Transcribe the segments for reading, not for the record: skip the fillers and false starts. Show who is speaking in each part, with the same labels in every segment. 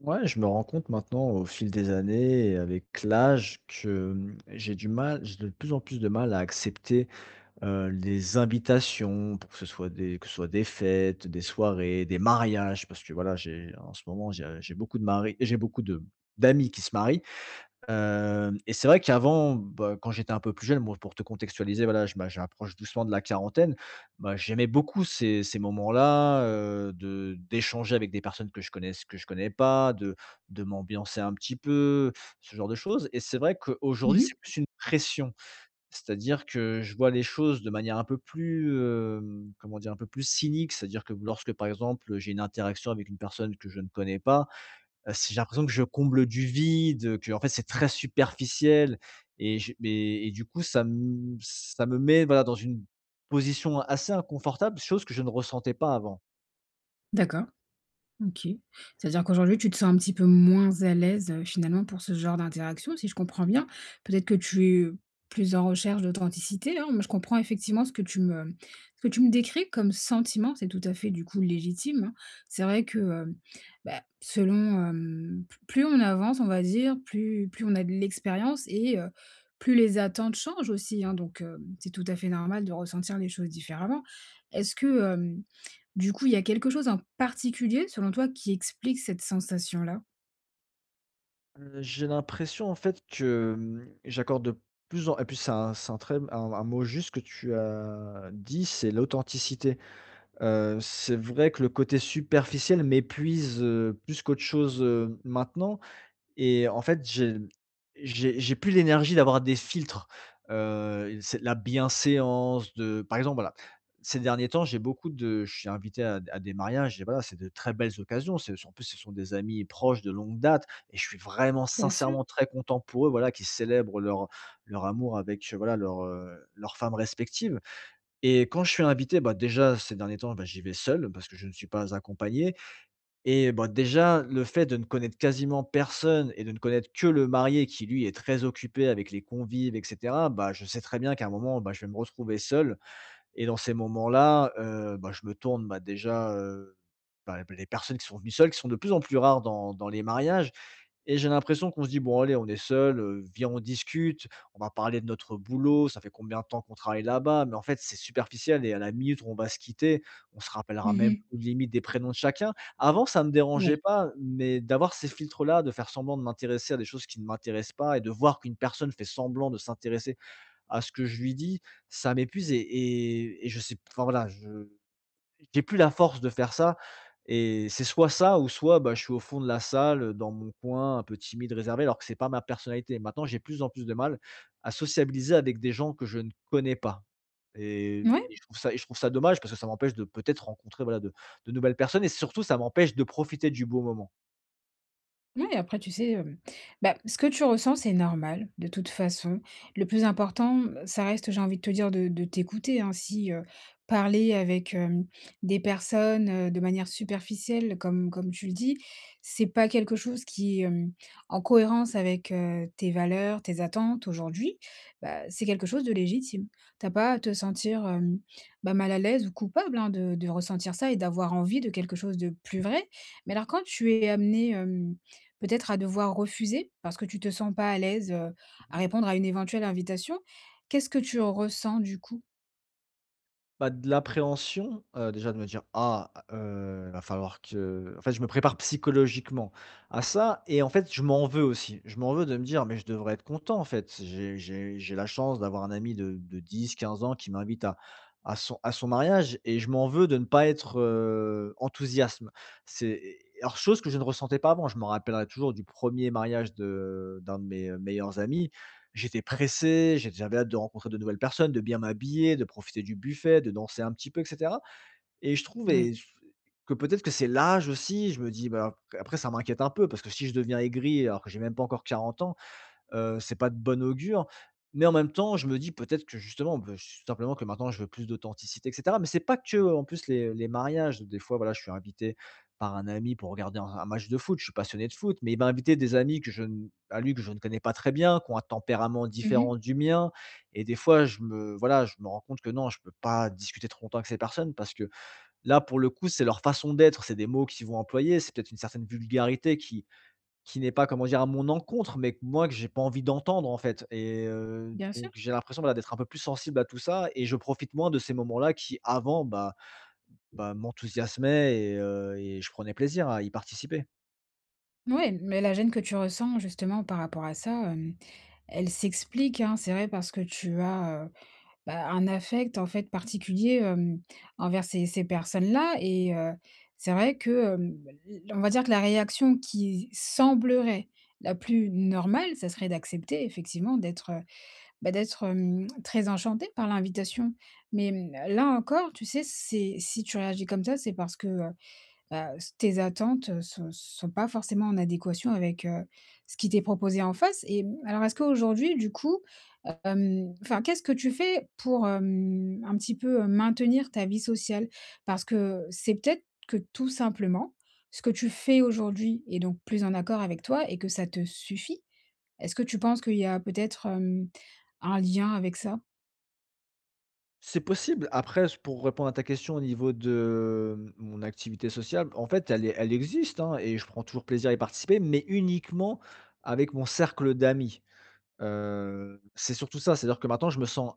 Speaker 1: Ouais, je me rends compte maintenant au fil des années et avec l'âge que, j'ai du mal j'ai de plus en plus de mal à accepter, les invitations pour que ce soit des fêtes, des soirées, des mariages parce que voilà, j'ai en ce moment, j'ai beaucoup de mari j'ai beaucoup de d'amis qui se marient. Hem et c'est vrai qu'avant, bah, quand j'étais un peu plus jeune, bon, pour te contextualiser, voilà, je m'a j'approche doucement de la quarantaine. Bah, j'aimais beaucoup ces moments-là, de d'échanger avec des personnes que je connais pas, de m'ambiancer un petit peu, ce genre de choses. Et c'est vrai qu'aujourd'hui,
Speaker 2: Mmh.
Speaker 1: c'est plus une pression. C'est-à-dire que je vois les choses de manière un peu plus, comment dire? Un peu plus cynique. C'est-à-dire que lorsque, par exemple, j'ai une interaction avec une personne que je ne connais pas, c'est j'ai l'impression que je comble du vide, que en fait c'est très superficiel et je mais et du coup ça me met, voilà, dans une position assez inconfortable, chose que je ne ressentais pas avant.
Speaker 2: D'accord, OK. C'est-à-dire qu'aujourd'hui, tu te sens un petit peu moins à l'aise, finalement pour ce genre d'interaction, si je comprends bien. Peut-être que tu es plus en recherche d'authenticité, hein. Moi, je comprends effectivement ce que tu me décris comme sentiment, c'est tout à fait, du coup, légitime, hein. C'est vrai que, bah, selon, p plus on avance, on va dire, plus on a de l'expérience et plus les attentes changent aussi, hein. Donc, c'est tout à fait normal de ressentir les choses différemment. Est-ce que, Du coup, il y a quelque chose en particulier, selon toi, qui explique cette sensation-là?
Speaker 1: J'ai l'impression en fait que, mmh, j'accorde de plus en et puis c'est un très un mot juste que tu as dit, c'est l'authenticité. C'est vrai que le côté superficiel m'épuise, plus qu'autre chose, maintenant. Et en fait, j'ai plus l'énergie d'avoir des filtres, c'est de la bienséance de par exemple, voilà, ces derniers temps, j'ai beaucoup de je suis invité à des mariages et voilà, c'est de très belles occasions. C'est en plus, ce sont des amis proches de longue date et je suis vraiment
Speaker 2: Bien sûr.
Speaker 1: sincèrement très content pour eux, voilà, qui célèbrent leur amour avec, voilà, leur, leurs femmes respectives. Et quand je suis invité, bah, déjà ces derniers temps, bah, j'y vais seul parce que je ne suis pas accompagné. Et bah, déjà, le fait de ne connaître quasiment personne et de ne connaître que le marié qui, lui, est très occupé avec les convives, et cetera, bah, je sais très bien qu'à un moment, bah, je vais me retrouver seul. Et dans ces moments-là, bah, je me tourne, bah, déjà, bah, les personnes qui sont venues seules, qui sont de plus en plus rares dans les mariages, et j'ai l'impression qu'on se dit: «Bon allez, on est seul, viens on discute, on va parler de notre boulot, ça fait combien de temps qu'on travaille là-bas?» Mais en fait, c'est superficiel et à la minute où on va se quitter, on se rappellera même
Speaker 2: Mmh.
Speaker 1: plus limite des prénoms de chacun. Avant, ça me dérangeait
Speaker 2: Oui.
Speaker 1: pas, mais d'avoir ces filtres-là, de faire semblant de m'intéresser à des choses qui ne m'intéressent pas et de voir qu'une personne fait semblant de s'intéresser à ce que je lui dis, ça m'épuise et je sais, enfin voilà, je j'ai plus la force de faire ça. Et c'est soit ça ou soit, bah, je suis au fond de la salle, dans mon coin, un peu timide, réservé, alors que c'est pas ma personnalité. Maintenant, j'ai plus en plus de mal à sociabiliser avec des gens que je ne connais pas,
Speaker 2: Ouais?
Speaker 1: et je trouve ça, dommage parce que ça m'empêche de peut-être rencontrer, voilà, de nouvelles personnes et surtout ça m'empêche de profiter du beau moment.
Speaker 2: Ouais, et après tu sais, bah, ce que tu ressens, c'est normal de toute façon. Le plus important, ça reste, j'ai envie de te dire, de t'écouter, hein. Si, parler avec, des personnes, de manière superficielle comme tu le dis, c'est pas quelque chose qui est, en cohérence avec, tes valeurs, tes attentes aujourd'hui, bah, c'est quelque chose de légitime. T'as pas à te sentir, bah, mal à l'aise ou coupable, hein, de ressentir ça et d'avoir envie de quelque chose de plus vrai. Mais alors quand tu es amené, peut-être à devoir refuser parce que tu te sens pas à l'aise,
Speaker 1: Mmh.
Speaker 2: à répondre à une éventuelle invitation. Qu'est-ce que tu ressens du coup?
Speaker 1: Bah, de l'appréhension, déjà de me dire: «Ah, va falloir que», en fait, je me prépare psychologiquement à ça. Et en fait, je m'en veux aussi. Je m'en veux de me dire: «Mais je devrais être content en fait, j'ai la chance d'avoir un ami de 10, 15 ans qui m'invite à son mariage». Et je m'en veux de ne pas être, enthousiasme. C'est alors, chose que je ne ressentais pas avant. Je me rappellerai toujours du premier mariage de d'un de mes meilleurs amis. J'étais pressé, j'avais hâte de rencontrer de nouvelles personnes, de bien m'habiller, de profiter du buffet, de danser un petit peu et cetera, et je trouve et
Speaker 2: Oui.
Speaker 1: f que peut-être que c'est l'âge aussi, je me dis. Bah, après ça m'inquiète un peu parce que si je deviens aigri alors que j'ai même pas encore 40 ans, c'est pas de bon augure. Mais en même temps, je me dis peut-être que justement, bah, ch simplement que maintenant je veux plus d'authenticité et cetera. Mais c'est pas que, en plus, les mariages. Des fois, voilà, je suis invité par un ami pour regarder un match de foot. Je suis passionné de foot, mais il m'a invité des amis que je n à lui, que je ne connais pas très bien, qui ont un tempérament différent
Speaker 2: Mmh.
Speaker 1: du mien. Et des fois, je me voilà, je me rends compte que non, je peux pas discuter trop longtemps avec ces personnes parce que là, pour le coup, c'est leur façon d'être, c'est des mots qu'ils vont employer, c'est peut-être une certaine vulgarité qui n'est pas, comment dire? À mon encontre, mais que moi, que j'ai pas envie d'entendre, en fait,
Speaker 2: Bien
Speaker 1: donc
Speaker 2: sûr.
Speaker 1: j'ai l'impression, voilà, d'être un peu plus sensible à tout ça et je profite moins de ces moments-là qui, avant, bah, m'enthousiasmaient et je prenais plaisir à y participer.
Speaker 2: Oui, mais la gêne que tu ressens justement par rapport à ça, elle s'explique, hein, c'est vrai parce que tu as, bah, un affect en fait particulier, envers ces personnes-là et c'est vrai que, l on va dire que la réaction qui semblerait la plus normale, ça serait d'accepter effectivement d'être, bah, d'être, très enchanté par l'invitation. Mais, mmh, là encore, tu sais, c'est si tu réagis comme ça, c'est parce que, bah, s tes attentes, sont pas forcément en adéquation avec, ce qui t'est proposé en face. Et mmh, alors est-ce qu'aujourd'hui, du coup, enfin, qu'est-ce que tu fais pour, un petit peu, maintenir ta vie sociale? Parce que c'est peut-être que tout simplement, ce que tu fais aujourd'hui est donc plus en accord avec toi et que ça te suffit? Est-ce que tu penses qu'il y a peut-être, un lien avec ça?
Speaker 1: C'est possible. Après, s pour répondre à ta question au niveau de mon activité sociale, en fait, elle existe, hein, et je prends toujours plaisir à y participer, mais uniquement avec mon cercle d'amis. C'est surtout ça, c'est-à-dire que maintenant je me sens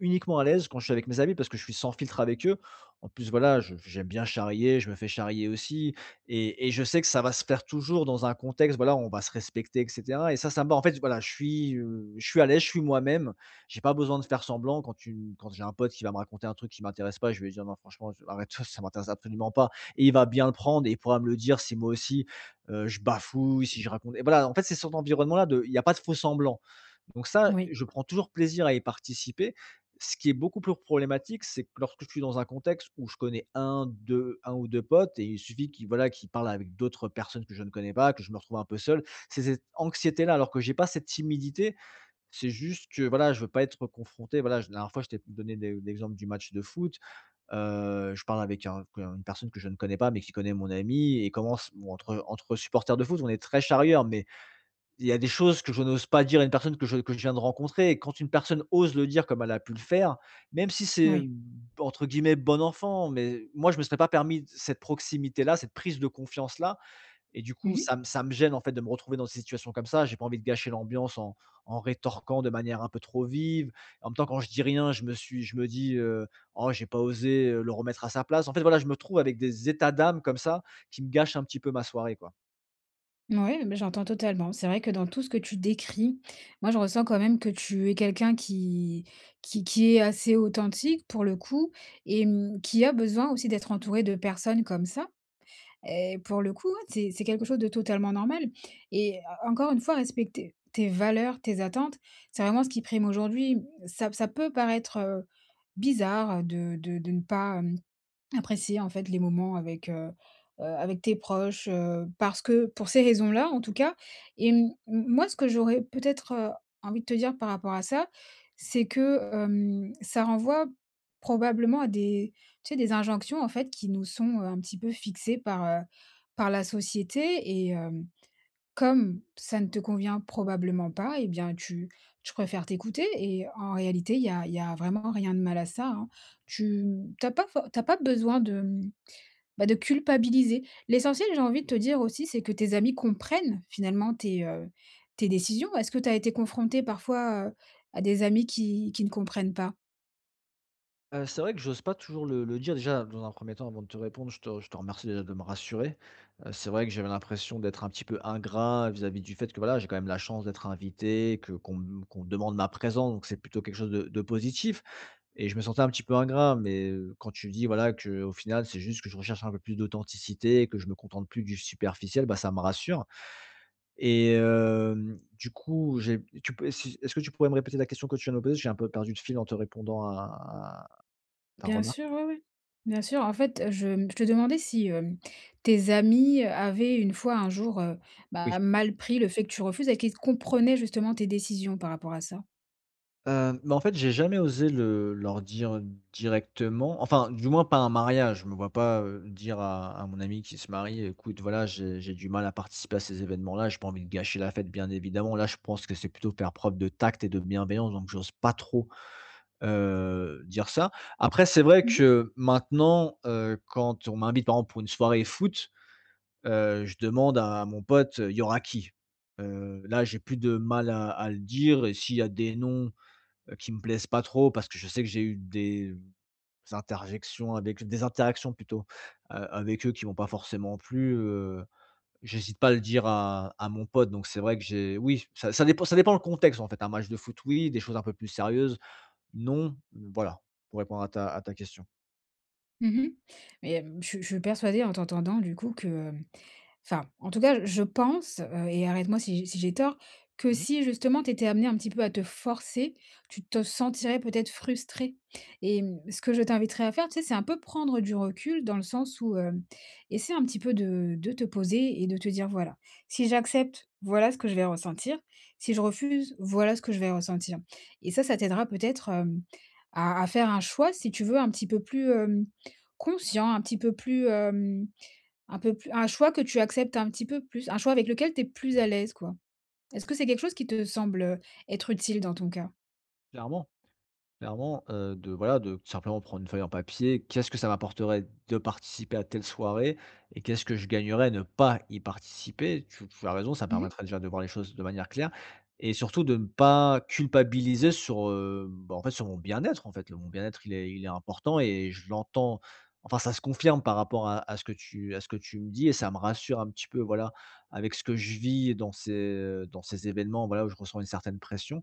Speaker 1: uniquement à l'aise quand je suis avec mes amis parce que je suis sans filtre avec eux. En plus, voilà, je j'aime bien charrier, je me fais charrier aussi, et je sais que ça va se faire toujours dans un contexte, voilà, on va se respecter et cetera, et ça me va. En fait, voilà, je suis à l'aise, je suis moi-même. J'ai pas besoin de faire semblant quand j'ai un pote qui va me raconter un truc qui m'intéresse pas, je vais lui dire: «Non, franchement, je arrête, ça m'intéresse absolument pas». Et il va bien le prendre, et il pourra me le dire si moi aussi, je bafouille, si je raconte et voilà, en fait, c'est cet environnement-là de il y a pas de faux semblant. Donc ça,
Speaker 2: Oui,
Speaker 1: je prends toujours plaisir à y participer. Ce qui est beaucoup plus problématique, c'est que lorsque je suis dans un contexte où je connais un ou deux potes et il suffit voilà, qu'ils parlent avec d'autres personnes que je ne connais pas, que je me retrouve un peu seul, c'est cette anxiété-là, alors que j'ai pas cette timidité. C'est juste que, voilà, je veux pas être confronté, voilà, je la dernière fois, je t'ai donné l'exemple du match de foot, je parle avec un une personne que je ne connais pas, mais qui connaît mon ami, et commence bon, entre supporters de foot, on est très charrieur, mais il y a des choses que je n'ose pas dire à une personne que je viens de rencontrer. Et quand une personne ose le dire comme elle a pu le faire, même si c'est,
Speaker 2: oui.
Speaker 1: entre guillemets, «bon enfant», mais moi, je me serais pas permis cette proximité-là, cette prise de confiance-là, et du
Speaker 2: Mmh
Speaker 1: coup,
Speaker 2: mh.
Speaker 1: ça me gêne, en fait, de me retrouver dans des situations comme ça. J'ai pas envie de gâcher l'ambiance en rétorquant de manière un peu trop vive. En même temps, quand je dis rien, je me dis, «Oh, j'ai pas osé, le remettre à sa place». En fait, voilà, je me trouve avec des états d'âme comme ça qui me gâchent un petit peu ma soirée, quoi.
Speaker 2: Ouais, mais j'entends totalement. C'est vrai que dans tout ce que tu décris, moi, je ressens quand même que tu es quelqu'un qui est assez authentique, pour le coup, et mmh, qui a besoin aussi d'être entouré de personnes comme ça. Et pour le coup, c'est quelque chose de totalement normal et en encore une fois, respecter tes valeurs, tes attentes, c'est vraiment ce qui prime aujourd'hui. Ça peut paraître, bizarre de ne pas, hem, apprécier en fait les moments avec, avec tes proches, parce que pour ces raisons-là en tout cas. Et mmh, m moi ce que j'aurais peut-être, envie de te dire par rapport à ça, c'est que, ça renvoie probablement à des tu sais des injonctions en fait qui nous sont, un petit peu fixées par, par la société et comme ça ne te convient probablement pas, eh bien, tu préfères t'écouter et en réalité, il y a vraiment rien de mal à ça, hein. Tu n'as pas for tu pas besoin de, mmh, bah, de culpabiliser. L'essentiel, j'ai envie de te dire aussi, c'est que tes amis comprennent finalement tes, tes décisions. Est-ce que tu as été confrontée parfois, à des amis qui ne comprennent pas?
Speaker 1: C'est vrai que j'ose pas toujours le dire. Déjà, dans un premier temps, avant de te répondre, je te remercie déjà de me rassurer. C'est vrai que j'avais l'impression d'être un petit peu ingrat vis-à-vis du fait que, voilà, j'ai quand même la chance d'être invité, que qu'on me qu'on demande ma présence, donc c'est plutôt quelque chose de positif, et je me sentais un petit peu ingrat. Mais quand tu dis, voilà, qu'au final, c'est juste que je recherche un peu plus d'authenticité et que je me contente plus du superficiel, bah, ça me rassure. Et du coup, j'ai tu peux si est-ce que tu pourrais me répéter la question que tu viens de me poser? J'ai un peu perdu le fil en te répondant à ta
Speaker 2: Bien
Speaker 1: remarque.
Speaker 2: sûr, ouais, ouais. Bien sûr, en fait, je te demandais si, tes amis avaient une fois, un jour,
Speaker 1: Oui.
Speaker 2: bah, mal pris le fait que tu refuses et qu'ils comprenaient justement tes décisions par rapport à ça?
Speaker 1: Mais en fait, j'ai jamais osé le leur dire directement, enfin, du moins pas un mariage. Je me vois pas, dire à mon ami qui se marie: «Écoute, voilà, j'ai du mal à participer à ces événements-là, j'ai pas envie de gâcher la fête», bien évidemment. Là, je pense que c'est plutôt faire preuve de tact et de bienveillance, donc j'ose pas trop, dire ça. Après, c'est vrai
Speaker 2: Mmh mh.
Speaker 1: que maintenant, quand on m'invite, par exemple, pour une soirée foot, je demande à mon pote: «Il y aura qui?» Là, j'ai plus de mal à le dire, et s'il y a des noms qui me plaisent pas trop parce que je sais que j'ai eu des interjections avec des interactions, plutôt, avec eux qui m'ont pas forcément plu, j'hésite pas à le dire à mon pote. Donc c'est vrai que j'ai oui, ça dépend le contexte en fait. Un match de foot oui, des choses un peu plus sérieuses non, voilà, pour répondre à ta question.
Speaker 2: Mmh. Mais, je suis persuadée en t'entendant du coup que, enfin, en tout cas, je pense, et arrête-moi si j'ai tort, que
Speaker 1: Mmh.
Speaker 2: si justement tu étais amenée un petit peu à te forcer, tu te sentirais peut-être frustré. Et mmh, ce que je t'inviterais à faire, tu sais, c'est un peu prendre du recul dans le sens où, essaie un petit peu de te poser et de te dire: «Voilà, si j'accepte, voilà ce que je vais ressentir. Si je refuse, voilà ce que je vais ressentir», et ça t'aidera peut-être, à faire un choix, si tu veux, un petit peu plus, conscient, un petit peu plus un choix que tu acceptes un petit peu plus, un choix avec lequel tu es plus à l'aise, quoi. Est-ce que c'est quelque chose qui te semble, être utile dans ton cas?
Speaker 1: Clairement. Clairement, de voilà, de simplement prendre une feuille en papier. Qu'est-ce que ça m'apporterait de participer à telle soirée et qu'est-ce que je gagnerais à ne pas y participer? Tu as raison, ça me
Speaker 2: Mmh mh.
Speaker 1: permettrait déjà de voir les choses de manière claire et surtout de ne pas culpabiliser sur, bah, en fait, sur mon bien-être, en fait. Le Mon bien-être, il est important et je l'entends, enfin, ça se confirme par rapport à ce que tu me dis, et ça me rassure un petit peu, voilà, avec ce que je vis dans ces événements, voilà, où je ressens une certaine pression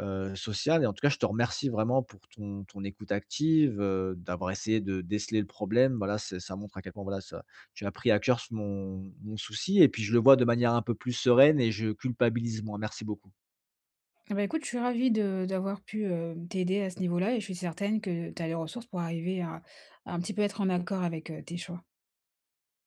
Speaker 1: sociale. Et en tout cas, je te remercie vraiment pour ton écoute active, d'avoir essayé de déceler le problème. Voilà, c'est ça montre à quel point, voilà, ça tu as pris à cœur mon souci, et puis je le vois de manière un peu plus sereine et je culpabilise moins. Merci beaucoup.
Speaker 2: Eh bah, écoute, je suis ravie de d'avoir pu, t'aider à ce niveau-là et je suis certaine que tu as les ressources pour arriver à un petit peu être en accord avec, tes choix.